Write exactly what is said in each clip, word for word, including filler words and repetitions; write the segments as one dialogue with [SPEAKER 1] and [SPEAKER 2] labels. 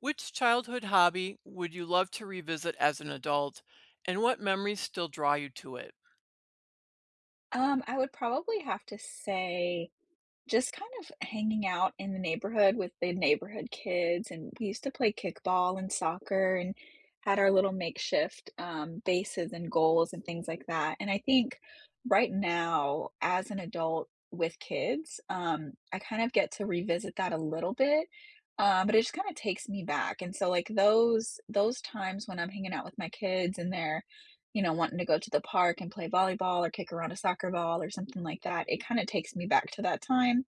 [SPEAKER 1] Which childhood hobby would you love to revisit as an adult, and what memories still draw you to it?
[SPEAKER 2] Um, I would probably have to say just kind of hanging out in the neighborhood with the neighborhood kids, and we used to play kickball and soccer and had our little makeshift um, bases and goals and things like that. And I think right now, as an adult with kids, um, I kind of get to revisit that a little bit. Um, but it just kind of takes me back. And so like those those times when I'm hanging out with my kids and they're you know, wanting to go to the park and play volleyball or kick around a soccer ball or something like that, it kinda takes me back to that time,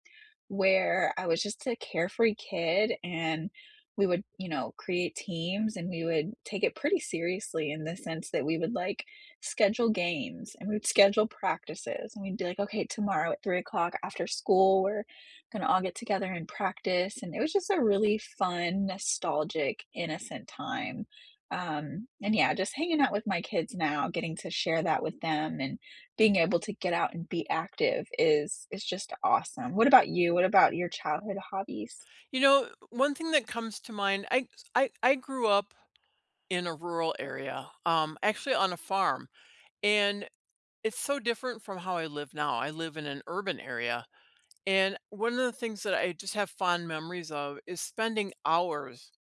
[SPEAKER 2] where I was just a carefree kid and we would, you know, create teams and we would take it pretty seriously in the sense that we would like schedule games and we'd schedule practices and we'd be like, okay, tomorrow at three o'clock after school, we're gonna all get together and practice. And it was just a really fun, nostalgic, innocent time. Um, and yeah, just hanging out with my kids now, getting to share that with them and being able to get out and be active is is just awesome. What about you? What about your childhood hobbies?
[SPEAKER 1] You know, one thing that comes to mind, I I, I grew up in a rural area, um, actually on a farm, and it's so different from how I live now. I live in an urban area, and one of the things that I just have fond memories of is spending hours,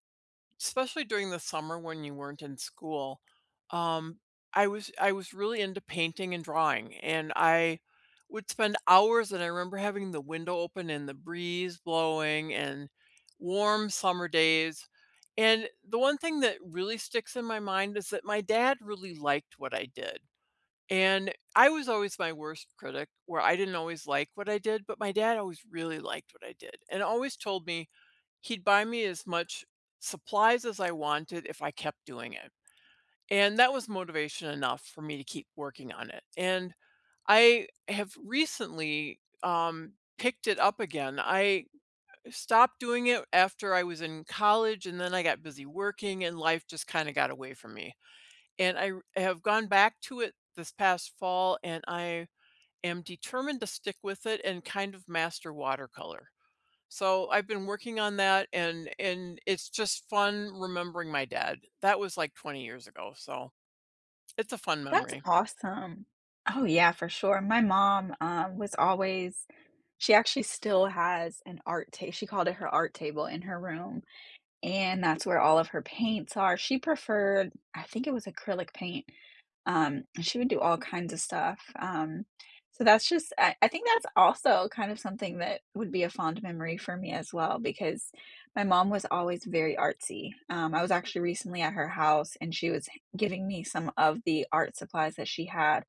[SPEAKER 1] especially during the summer when you weren't in school. um, I was I was really into painting and drawing, and I would spend hours. And I remember having the window open and the breeze blowing, and warm summer days. And the one thing that really sticks in my mind is that my dad really liked what I did. And I was always my worst critic, where I didn't always like what I did, but my dad always really liked what I did and always told me he'd buy me as much supplies as I wanted if I kept doing it, and that was motivation enough for me to keep working on it. And I have recently, um, picked it up again. I stopped doing it after I was in college, and then I got busy working, and life just kinda got away from me, and I r have gone back to it this past fall, and I am determined to stick with it and kind of master watercolor. So I've been working on that, and and it's just fun remembering my dad. That was like twenty years ago, so it's a fun
[SPEAKER 2] That's
[SPEAKER 1] memory.
[SPEAKER 2] awesome. Oh, yeah, for sure. My mom, um, was always she actually still has an art table. She called it her art table in her room, and that's where all of her paints are. She preferred I think it was acrylic paint. Um, and she would do all kinds of stuff, um, so that's just I I think that's also kind of something that would be a fond memory for me as well, because my mom was always very artsy. Um, I was actually recently at her house, and she was giving me some of the art supplies that she had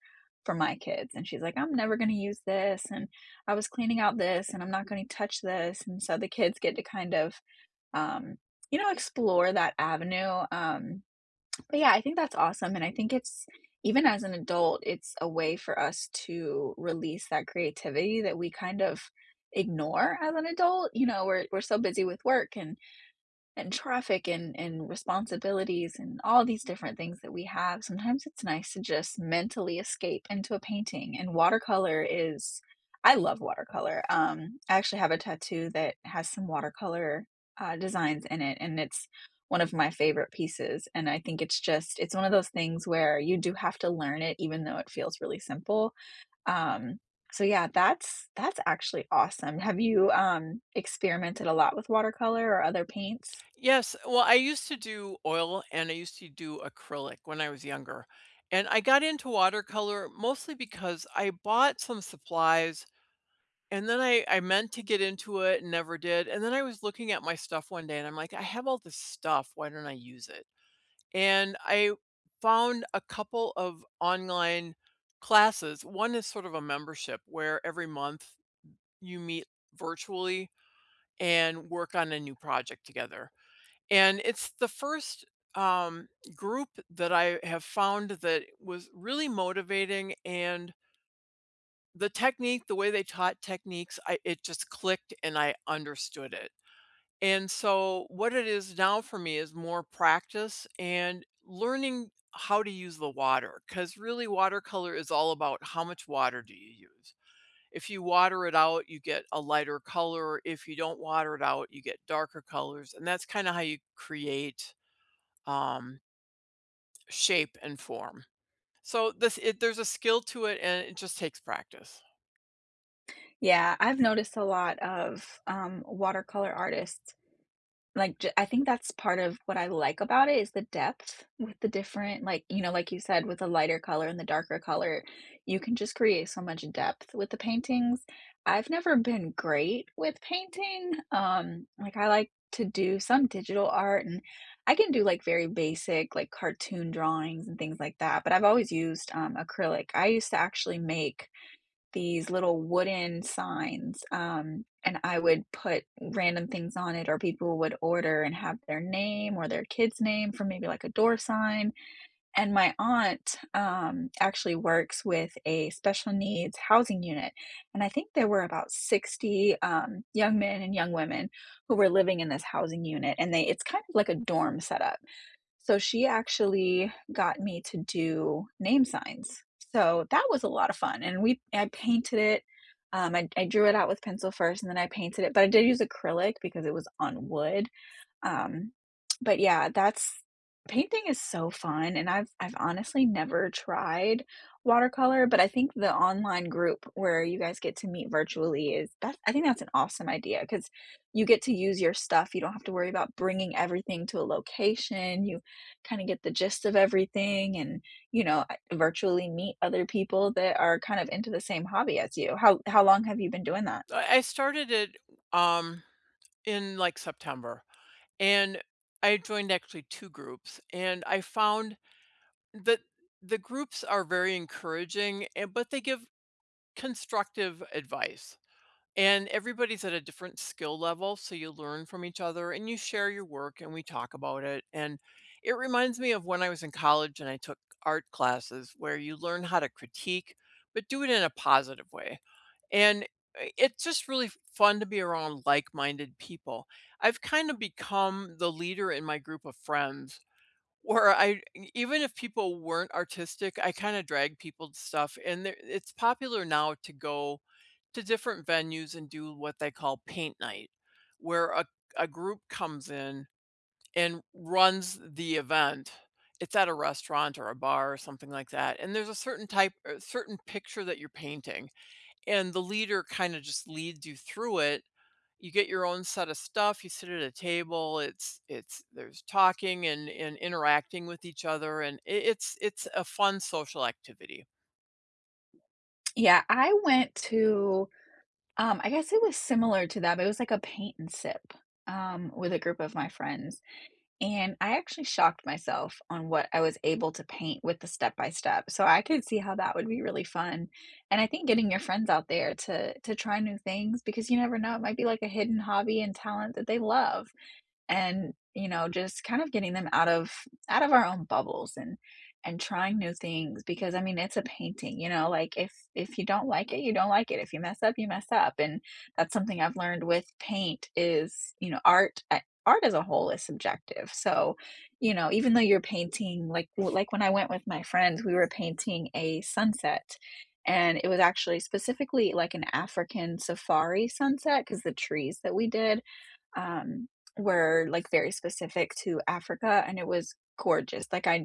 [SPEAKER 2] for my kids, and she's like, "I'm never gonna use this, and I was cleaning out this, and I'm not gonna touch this," and so the kids get to kind of, um, you know, explore that avenue, um, but yeah, I think that's awesome. And I think it's, even as an adult, it's a way for us to release that creativity that we kind of ignore as an adult. You know, we're, we're so busy with work and and traffic and and responsibilities and all these different things that we have. Sometimes it's nice to just mentally escape into a painting, and watercolor is I love watercolor. Um, I actually have a tattoo that has some watercolor, uh, designs in it, and it's one of my favorite pieces, and I think it's just it's one of those things where you do have to learn it even though it feels really simple. Um, so yeah, that's that's actually awesome. Have you, um, experimented a lot with watercolor or other paints?
[SPEAKER 1] Yes, well, I used to do oil and I used to do acrylic when I was younger. And I got into watercolor mostly because I bought some supplies and then I, I meant to get into it and never did. And then I was looking at my stuff one day and I'm like, I have all this stuff. Why don't I use it? And I found a couple of online classes. One is sort of a membership where every month you meet virtually and work on a new project together. And it's the first um, group that I have found that was really motivating, and the technique, the way they taught techniques, I, it just clicked and I understood it. And so what it is now for me is more practice and learning how to use the water, because really watercolor is all about how much water do you use. If you water it out, you get a lighter color. If you don't water it out, you get darker colors. And that's kind of how you create um, shape and form. So this it, there's a skill to it and it just takes practice.
[SPEAKER 2] Yeah, I've noticed a lot of, um, watercolor artists, like, j I think that's part of what I like about it is the depth with the different like, you know, like you said, with the lighter color and the darker color, you can just create so much depth with the paintings. I've never been great with painting, um, like, I like to do some digital art, and I can do, like, very basic, like, cartoon drawings and things like that, but I've always used, um, acrylic. I used to actually make these little wooden signs, um, and I would put random things on it, or people would order and have their name or their kid's name for maybe like a door sign. And my aunt um, actually works with a special needs housing unit. And I think there were about sixty um, young men and young women who were living in this housing unit. And they it's kind of like a dorm setup. So she actually got me to do name signs. So that was a lot of fun, and we I painted it. Um, I I drew it out with pencil first, and then I painted it, but I did use acrylic because it was on wood. Um, but yeah, that's painting is so fun, and I've I've honestly never tried watercolor, but I think the online group where you guys get to meet virtually is that's I think that's an awesome idea because you get to use your stuff. You don't have to worry about bringing everything to a location. You kinda get the gist of everything and, you know, virtually meet other people that are kind of into the same hobby as you. How how long have you been doing that?
[SPEAKER 1] I I started it um, in like September, and I joined actually two groups, and I found that the groups are very encouraging, and but they give constructive advice. And everybody's at a different skill level, so you learn from each other and you share your work and we talk about it. And it reminds me of when I was in college and I took art classes where you learn how to critique, but do it in a positive way, and uh, it's just really fun to be around like-minded people. I've kind of become the leader in my group of friends where I e, even if people weren't artistic, I kind of drag people to stuff, and there, it's popular now to go to different venues and do what they call paint night, where a, a group comes in and runs the event. It's at a restaurant or a bar or something like that. And there's a certain type, a certain picture that you're painting, and the leader kind of just leads you through it. You get your own set of stuff. You sit at a table. It's it's there's talking and and interacting with each other, and it, it's it's a fun social activity.
[SPEAKER 2] Yeah, I went to Um, I guess it was similar to that, but it was like a paint and sip, um, with a group of my friends, and I actually shocked myself on what I was able to paint with the step by step, so I could see how that would be really fun, and I think getting your friends out there to to try new things because you never know, it might be like a hidden hobby and talent that they love and you know just kind of getting them out of out of our own bubbles and and trying new things because I mean it's a painting, you know, like if if you don't like it you don't like it, if you mess up you mess up, and that's something I've learned with paint is you know art a- art as a whole is subjective. So you know even though you're painting like like when I went with my friends we were painting a sunset, and it was actually specifically like an African safari sunset because the trees that we did um, were like very specific to Africa and it was gorgeous. Like I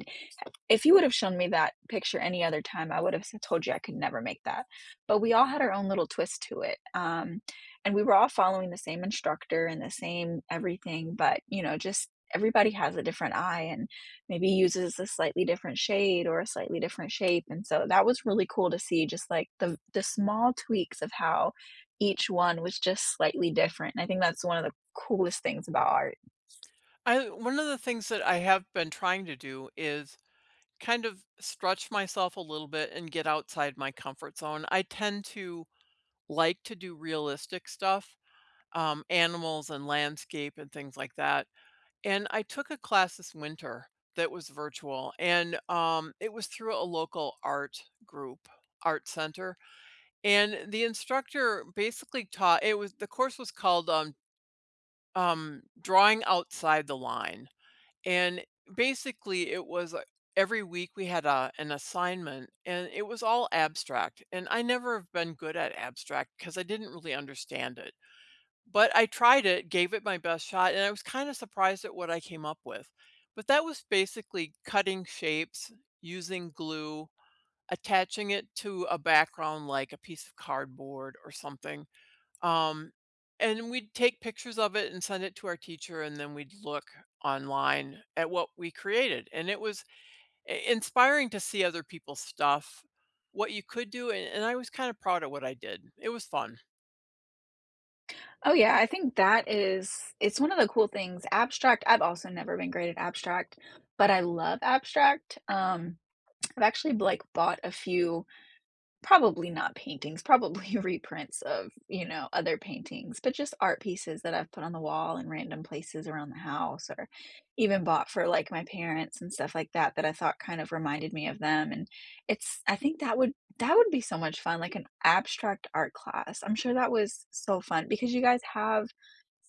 [SPEAKER 2] if you would have shown me that picture any other time, I would have s told you I could never make that, but we all had our own little twist to it, um, and we were all following the same instructor and the same everything, but, you know, just everybody has a different eye and maybe uses a slightly different shade or a slightly different shape, and so that was really cool to see just, like, the the small tweaks of how each one was just slightly different, and I think that's one of the coolest things about art.
[SPEAKER 1] I One of the things that I have been trying to do is kind of stretch myself a little bit and get outside my comfort zone. I tend to like to do realistic stuff, um, animals and landscape and things like that. And I took a class this winter that was virtual, and um, it was through a local art group, art center. And the instructor basically taught, it was the course was called um, um, Drawing Outside the Line. And basically, it was uh, every week we had a, an assignment, and it was all abstract. And I never have been good at abstract because I didn't really understand it. But I tried it, gave it my best shot, and I was kinda surprised at what I came up with. But that was basically cutting shapes, using glue, attaching it to a background like a piece of cardboard or something, um, and we'd take pictures of it and send it to our teacher, and then we'd look online at what we created, and it was I inspiring to see other people's stuff, what you could do, and and I was kinda proud of what I did. It was fun.
[SPEAKER 2] Oh, yeah, I think that is it's one of the cool things. Abstract I've also never been great at abstract, but I love abstract. Um, I've actually, like, bought a few probably not paintings, probably reprints of, you know, other paintings, but just art pieces that I've put on the wall in random places around the house or even bought for, like, my parents and stuff like that, that I thought kind of reminded me of them, and it's I think that would that would be so much fun, like an abstract art class. I'm sure that was so fun because you guys have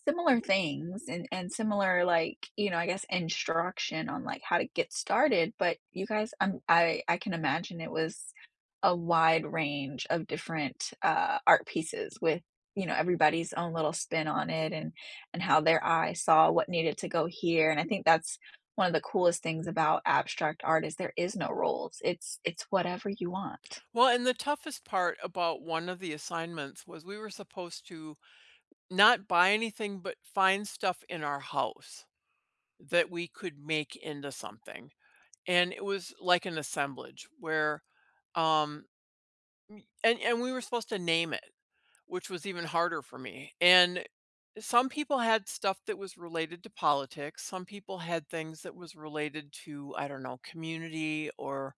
[SPEAKER 2] similar things and and similar, like, you know, I guess, instruction on, like, how to get started, but you guys, I'm I I can imagine it was a wide range of different, uh, art pieces with, you know, everybody's own little spin on it and and how their eye saw what needed to go here, and I think that's one of the coolest things about abstract art is there is no rules. It's it's whatever you want.
[SPEAKER 1] Well, and the toughest part about one of the assignments was we were supposed to not buy anything, but find stuff in our house that we could make into something. And it was like an assemblage where, um, y- and, and we were supposed to name it, which was even harder for me. And some people had stuff that was related to politics. Some people had things that was related to, I don't know, community or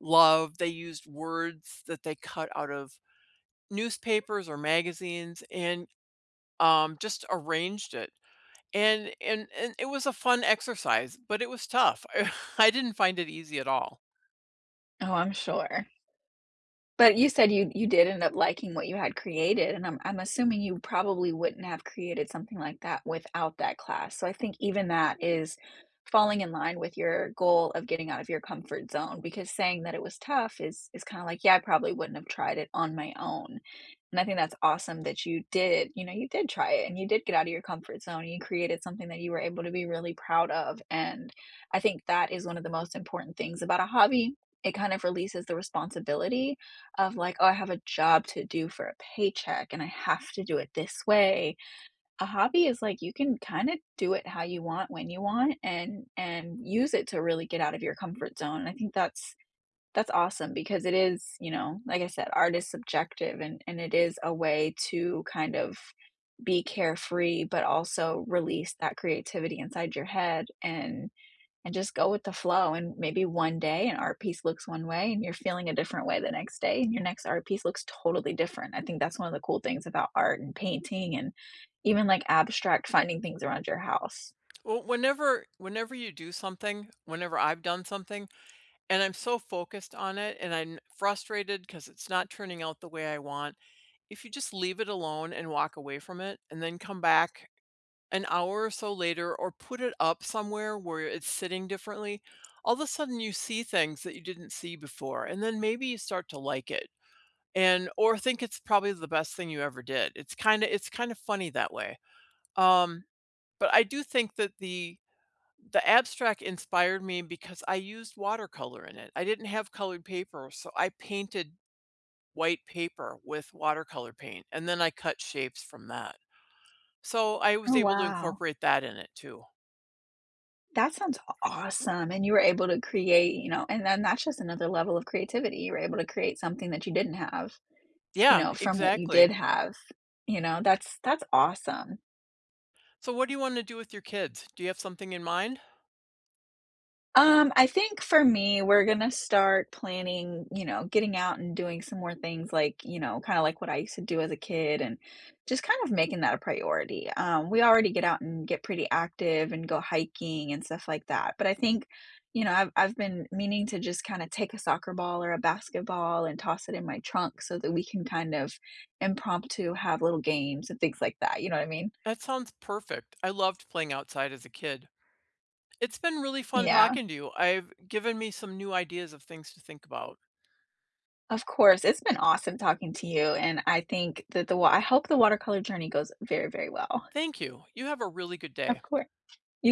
[SPEAKER 1] love. They used words that they cut out of newspapers or magazines and um, just arranged it. And, and and it was a fun exercise, but it was tough. I I didn't find it easy at all.
[SPEAKER 2] Oh, I'm sure. But you said you you did end up liking what you had created, and I'm I'm assuming you probably wouldn't have created something like that without that class. So I think even that is falling in line with your goal of getting out of your comfort zone because saying that it was tough is is kind of like, yeah, I probably wouldn't have tried it on my own. And I think that's awesome that you did, you know, you did try it and you did get out of your comfort zone. And you created something that you were able to be really proud of. And I think that is one of the most important things about a hobby. It kind of releases the responsibility of like, "Oh, I have a job to do for a paycheck and I have to do it this way." A hobby is like you can kinda do it how you want, when you want, and and use it to really get out of your comfort zone. And I think that's that's awesome because it is, you know, like I said, art is subjective and and it is a way to kind of be carefree, but also release that creativity inside your head and and just go with the flow. And maybe one day an art piece looks one way and you're feeling a different way the next day, and your next art piece looks totally different. I think that's one of the cool things about art and painting and even like abstract finding things around your house.
[SPEAKER 1] Well, whenever whenever you do something, whenever I've done something, and I'm so focused on it, and I'm frustrated because it's not turning out the way I want, if you just leave it alone and walk away from it, and then come back an hour or so later, or put it up somewhere where it's sitting differently, all of a sudden you see things that you didn't see before. And then maybe you start to like it, and or think it's probably the best thing you ever did. It's kind of it's kind of funny that way. Um, but I do think that the the abstract inspired me because I used watercolor in it. I didn't have colored paper, so I painted white paper with watercolor paint and then I cut shapes from that. So I was
[SPEAKER 2] Oh,
[SPEAKER 1] able to
[SPEAKER 2] wow.
[SPEAKER 1] incorporate that in it too.
[SPEAKER 2] That sounds awesome. And you were able to create, you know, and then that's just another level of creativity. You were able to create something that you didn't have, you
[SPEAKER 1] Yeah,
[SPEAKER 2] know, from what you
[SPEAKER 1] exactly.
[SPEAKER 2] did have, you know, that's that's awesome.
[SPEAKER 1] So what do you want to do with your kids? Do you have something in mind?
[SPEAKER 2] Um, I think for me, we're gonna start planning, you know, getting out and doing some more things like, you know, kind of like what I used to do as a kid and just kind of making that a priority. Um, we already get out and get pretty active and go hiking and stuff like that. But I think, you know, I've I've been meaning to just kind of take a soccer ball or a basketball and toss it in my trunk so that we can kind of impromptu have little games and things like that. You know what I mean?
[SPEAKER 1] That sounds perfect. I loved playing outside as a kid. It's been really fun
[SPEAKER 2] Yeah.
[SPEAKER 1] talking to you. I've given me some new ideas of things to think about.
[SPEAKER 2] Of course, it's been awesome talking to you, and I think that the wa I hope the watercolor journey goes very, very well.
[SPEAKER 1] Thank you. You have a really good day.
[SPEAKER 2] Of course. You